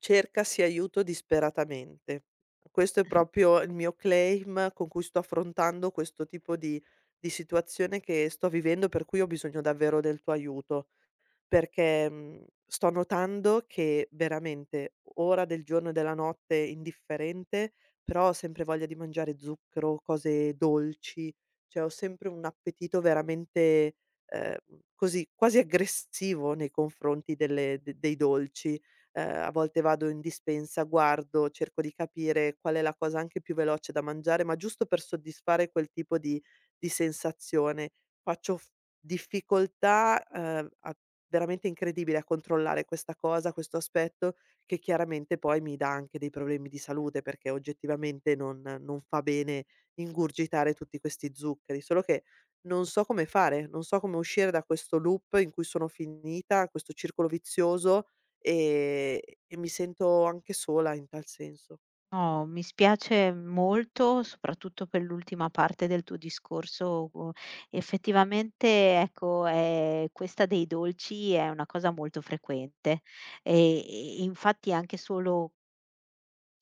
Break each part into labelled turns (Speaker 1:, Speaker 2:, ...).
Speaker 1: Cercasi aiuto disperatamente. Questo è proprio il mio claim con cui sto affrontando questo tipo di situazione che sto vivendo, per cui ho bisogno davvero del tuo aiuto perché, sto notando che veramente ora del giorno e della notte indifferente, però ho sempre voglia di mangiare zucchero, cose dolci, cioè ho sempre un appetito veramente, ehm, così quasi aggressivo nei confronti delle de dei dolci. A volte vado in dispensa, guardo, cerco di capire qual è la cosa anche più veloce da mangiare, ma giusto per soddisfare quel tipo di sensazione. Faccio f Difficoltà, a veramente incredibile a controllare questa cosa, questo aspetto, che chiaramente poi mi dà anche dei problemi di salute, perché oggettivamente non fa bene ingurgitare tutti questi zuccheri. Solo che non so come fare, non so come uscire da questo loop in cui sono finita, questo circolo vizioso, ehm, e mi sento anche sola in tal senso.
Speaker 2: No, mi spiace molto, soprattutto per l'ultima parte del tuo discorso. U Effettivamente, ecco, questa dei dolci è una cosa molto frequente, e infatti anche solo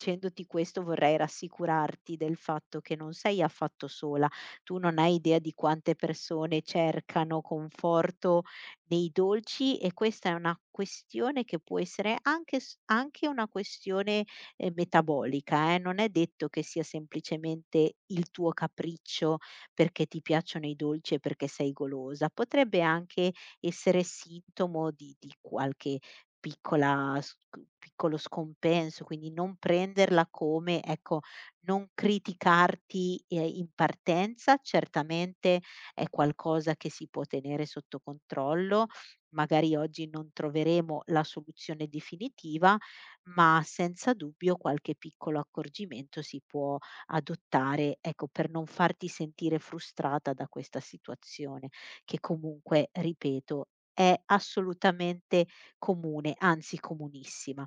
Speaker 2: dicendoti questo vorrei rassicurarti del fatto che non sei affatto sola. Tu non hai idea di quante persone cercano conforto nei dolci, e questa è una questione che può essere anche s anche una questione, metabolica, non è detto che sia semplicemente il tuo capriccio perché ti piacciono i dolci e perché sei golosa. Potrebbe anche essere sintomo di qualche piccola sc piccolo scompenso, quindi non prenderla come ecco, non criticarti, in partenza. Certamente è qualcosa che si può tenere sotto controllo, magari oggi non troveremo la soluzione definitiva, ma senza dubbio qualche piccolo accorgimento si può adottare, ecco, per non farti sentire frustrata da questa situazione che comunque, ripeto, è assolutamente comune, anzi comunissima.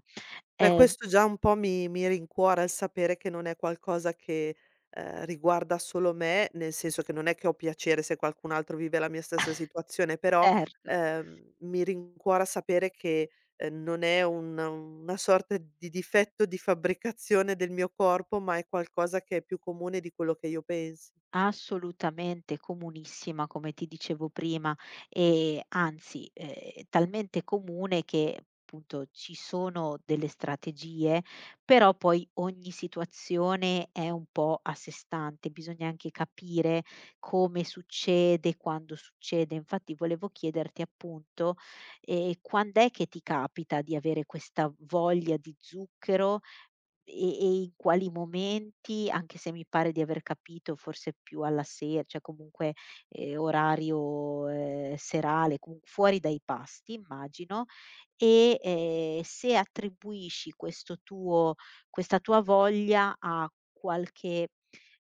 Speaker 1: Beh,
Speaker 2: Ehm
Speaker 1: questo già un po' mi rincuora il sapere che non è qualcosa che, riguarda solo me, nel senso che non è che ho piacere se qualcun altro vive la mia stessa situazione, però,
Speaker 2: certo,
Speaker 1: mi rincuora sapere che, non è un una sorta di difetto di fabbricazione del mio corpo, ma è qualcosa che è più comune di quello che io pensi.
Speaker 2: assolutamente comunissima come ti dicevo prima, e anzi, talmente comune che appunto ci sono delle strategie, però poi ogni situazione è un po' a sé stante, bisogna anche capire come succede, quando succede. Infatti volevo chiederti appunto, quand'è che ti capita di avere questa voglia di zucchero E e in quali momenti, anche se mi pare di aver capito forse più alla se cioè comunque, orario, serale, comu fuori dai pasti immagino, e, se attribuisci questo tuo questa tua voglia a qualche,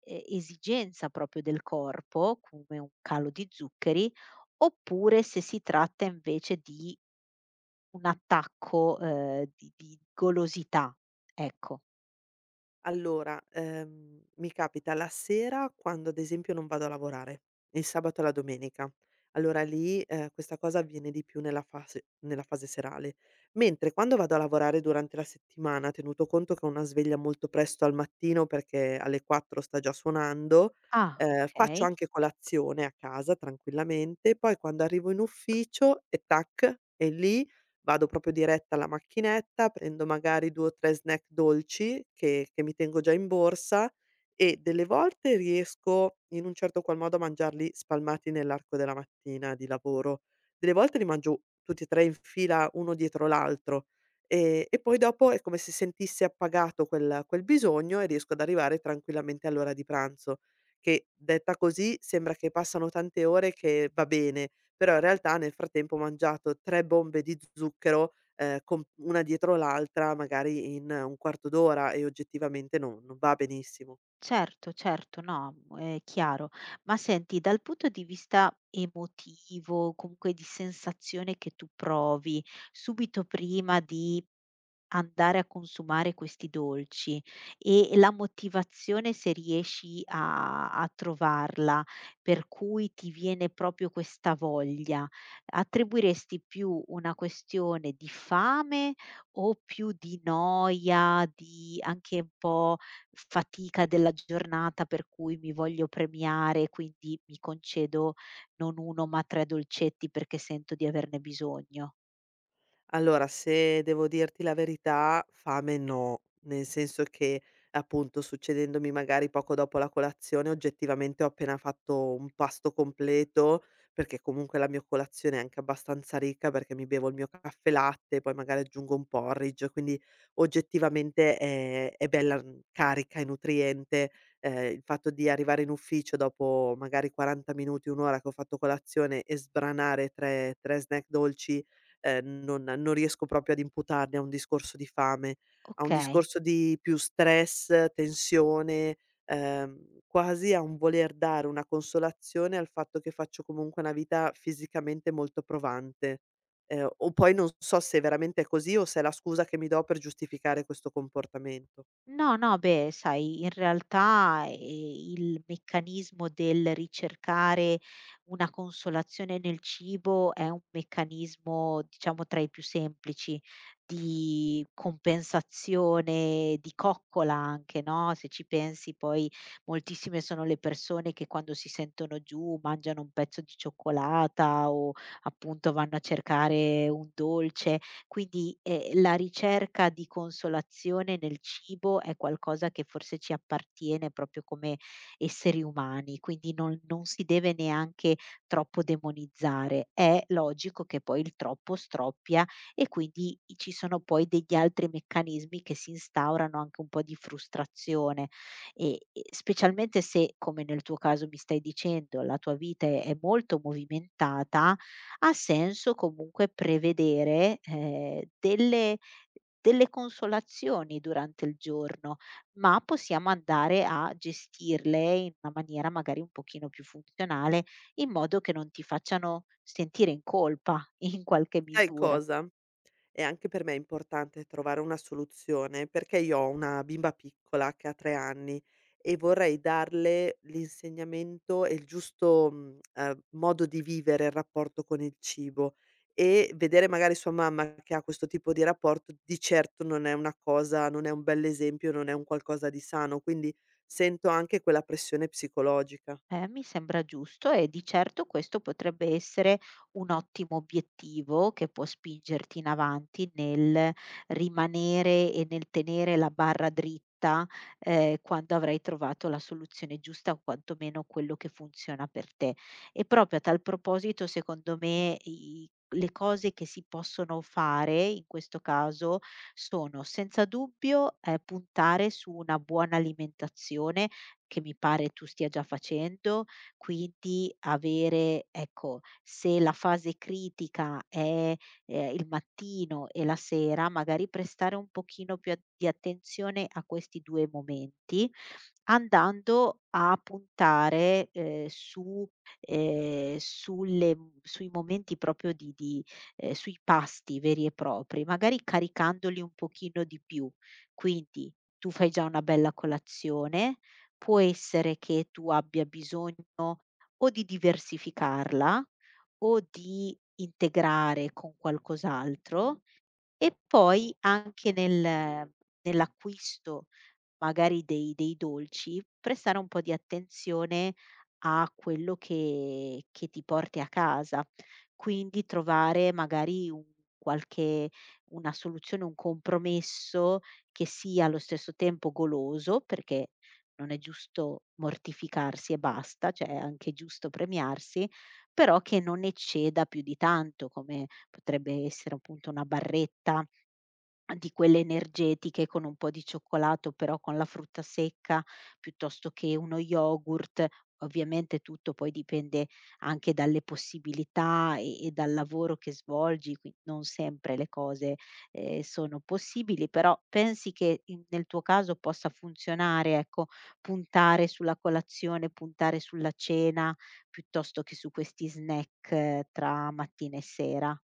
Speaker 2: esigenza proprio del corpo, come un calo di zuccheri, oppure se si tratta invece di un attacco, di golosità, ecco.
Speaker 1: Allora, mi capita la sera quando ad esempio non vado a lavorare, il sabato e la domenica. Allora lì, questa cosa avviene di più nella fase serale. Mentre quando vado a lavorare durante la settimana, tenuto conto che ho una sveglia molto presto al mattino perché alle 4 sta già suonando,
Speaker 2: Ah,
Speaker 1: faccio
Speaker 2: okay.
Speaker 1: anche colazione a casa tranquillamente, poi quando arrivo in ufficio e tac, è lì vado proprio diretta alla macchinetta, prendo magari 2 o 3 snack dolci che mi tengo già in borsa e delle volte riesco in un certo qual modo a mangiarli spalmati nell'arco della mattina di lavoro, delle volte li mangio tutti e 3 in fila uno dietro l'altro, e poi dopo è come se sentissi appagato quel bisogno e riesco ad arrivare tranquillamente all'ora di pranzo, che detta così sembra che passano tante ore che va bene, però in realtà nel frattempo ho mangiato 3 bombe di zucchero, com una dietro l'altra magari in un quarto d'ora e oggettivamente non va benissimo.
Speaker 2: Certo, certo, no, mhmm, è chiaro. Ma senti, dal punto di vista emotivo, comunque di sensazione che tu provi subito prima di andare a consumare questi dolci, e la motivazione se riesci a trovarla, per cui ti viene proprio questa voglia, attribuiresti più una questione di fame o più di noia, di anche un po' fatica della giornata per cui mi voglio premiare, quindi mi concedo non 1 ma 3 dolcetti perché sento di averne bisogno?
Speaker 1: Allora, se devo dirti la verità, fame no, nel senso che appunto succedendomi magari poco dopo la colazione, oggettivamente ho appena fatto un pasto completo, perché comunque la mia colazione è anche abbastanza ricca, perché mi bevo il mio caffè latte, poi magari aggiungo un porridge, quindi oggettivamente è bella carica e nutriente. Il fatto di arrivare in ufficio dopo magari 40 minuti, un'ora che ho fatto colazione e sbranare tre snack dolci non riesco proprio ad imputarli a un discorso di fame, a un
Speaker 2: Okay.
Speaker 1: discorso di più stress, tensione, quasi a un voler dare una consolazione al fatto che faccio comunque una vita fisicamente molto provante. O poi non so se veramente è così o se è la scusa che mi do per giustificare questo comportamento.
Speaker 2: No, no, beh, sai, in realtà, il meccanismo del ricercare una consolazione nel cibo è un meccanismo, diciamo, tra i più semplici di compensazione, di coccola anche, no, se ci pensi poi moltissime sono le persone che quando si sentono giù mangiano un pezzo di cioccolata o appunto vanno a cercare un dolce. Quindi, la ricerca di consolazione nel cibo è qualcosa che forse ci appartiene proprio come esseri umani, quindi non si deve neanche troppo demonizzare. È logico che poi il troppo stroppia, e quindi i ci sono poi degli altri meccanismi che si instaurano, anche un po' di frustrazione e specialmente se, come nel tuo caso mi stai dicendo, la tua vita è molto movimentata, ha senso comunque prevedere, delle consolazioni durante il giorno, ma possiamo andare a gestirle in una maniera magari un pochino più funzionale, in modo che non ti facciano sentire in colpa in qualche
Speaker 1: Sai
Speaker 2: misura.
Speaker 1: cosa? E anche per me è importante trovare una soluzione, perché io ho una bimba piccola che ha 3 anni e vorrei darle l'insegnamento e il giusto, modo di vivere il rapporto con il cibo e vedere magari sua mamma che ha questo tipo di rapporto di certo non è una cosa, non è un bell'esempio, non è un qualcosa di sano, quindi sento anche quella pressione psicologica.
Speaker 2: Mi sembra giusto, e di certo questo potrebbe essere un ottimo obiettivo che può spingerti in avanti nel rimanere e nel tenere la barra dritta, quando avrai trovato la soluzione giusta o quantomeno quello che funziona per te. E proprio a tal proposito, secondo me, le cose che si possono fare in questo caso sono senza dubbio puntare su una buona alimentazione, che mi pare tu stia già facendo, quindi avere ecco, se la fase critica è, il mattino e la sera, magari prestare un pochino più a di attenzione a questi 2 momenti, andando a puntare, su sulle mhmm, sui momenti proprio di sui pasti veri e propri, magari caricandoli un pochino di più. Quindi tu fai già una bella colazione, può essere che tu abbia bisogno o di diversificarla o di integrare con qualcos'altro, e poi anche nell'acquisto magari dei dolci, prestare un po' di attenzione a quello che ti porti a casa. Quindi trovare magari un qualche una soluzione, un compromesso che sia allo stesso tempo goloso, perché non è giusto mortificarsi e basta, cioè è anche giusto premiarsi, però che non ecceda più di tanto, come potrebbe essere appunto una barretta di quelle energetiche con un po' di cioccolato, però con la frutta secca, piuttosto che uno yogurt. Ovviamente tutto poi dipende anche dalle possibilità e dal lavoro che svolgi, qui non sempre le cose, sono possibili, però pensi che in nel tuo caso possa funzionare, ecco, puntare sulla colazione, puntare sulla cena, piuttosto che su questi snack tra mattina e sera?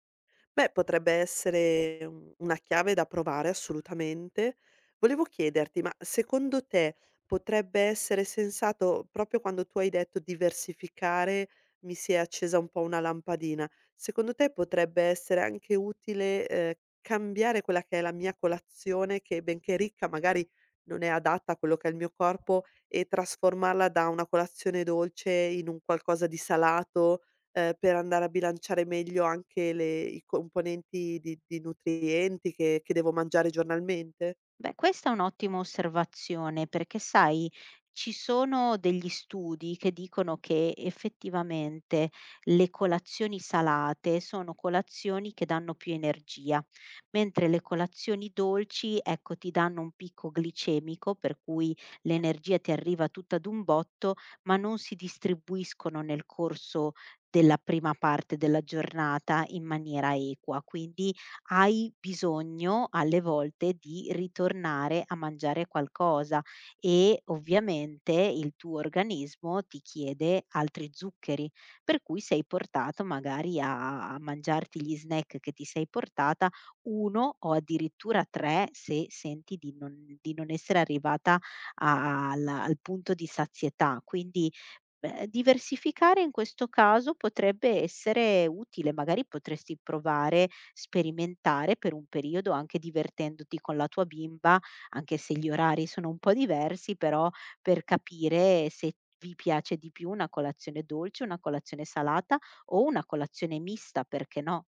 Speaker 1: Beh, potrebbe essere u una chiave da provare assolutamente. Volevo chiederti, ma secondo te potrebbe essere sensato, proprio quando tu hai detto diversificare mi si è accesa un po' una lampadina, secondo te potrebbe essere anche utile, cambiare quella che è la mia colazione che, benché ricca, magari non è adatta a quello che è il mio corpo e trasformarla da una colazione dolce in un qualcosa di salato? Per andare a bilanciare meglio anche le i componenti di nutrienti che devo mangiare giornalmente?
Speaker 2: Beh, questa è un'ottima osservazione perché, sai, ci sono degli studi che dicono che effettivamente le colazioni salate sono colazioni che danno più energia, mentre le colazioni dolci, ecco, ti danno un picco glicemico, per cui l'energia ti arriva tutta d'un botto, ma non si distribuiscono nel corso della prima parte della giornata in maniera equa. Quindi hai bisogno alle volte di ritornare a mangiare qualcosa, e ovviamente il tuo organismo ti chiede altri zuccheri, per cui sei portato magari a mangiarti gli snack che ti sei portata, 1 o addirittura 3, se senti di non essere arrivata a al al punto di sazietà. Quindi beh, diversificare in questo caso potrebbe essere utile, magari potresti provare, sperimentare per un periodo anche divertendoti con la tua bimba, anche se gli orari sono un po' diversi, però per capire se vi piace di più una colazione dolce, una colazione salata o una colazione mista, perché no?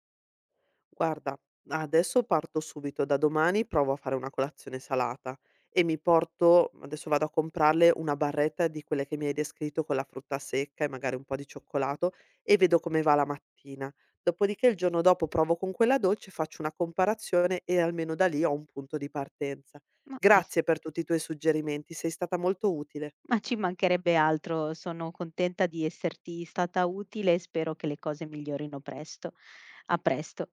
Speaker 1: Guarda, adesso parto subito, da domani provo a fare una colazione salata e mi porto, adesso vado a comprarle una barretta di quelle che mi hai descritto con la frutta secca e magari un po' di cioccolato, e vedo come va la mattina. Dopodiché il giorno dopo provo con quella dolce, faccio una comparazione e almeno da lì ho un punto di partenza.
Speaker 2: Ma, mi s-
Speaker 1: Grazie per tutti i tuoi suggerimenti, sei stata molto utile.
Speaker 2: ma ci mancherebbe altro, sono contenta di esserti stata utile e spero che le cose migliorino presto. A presto.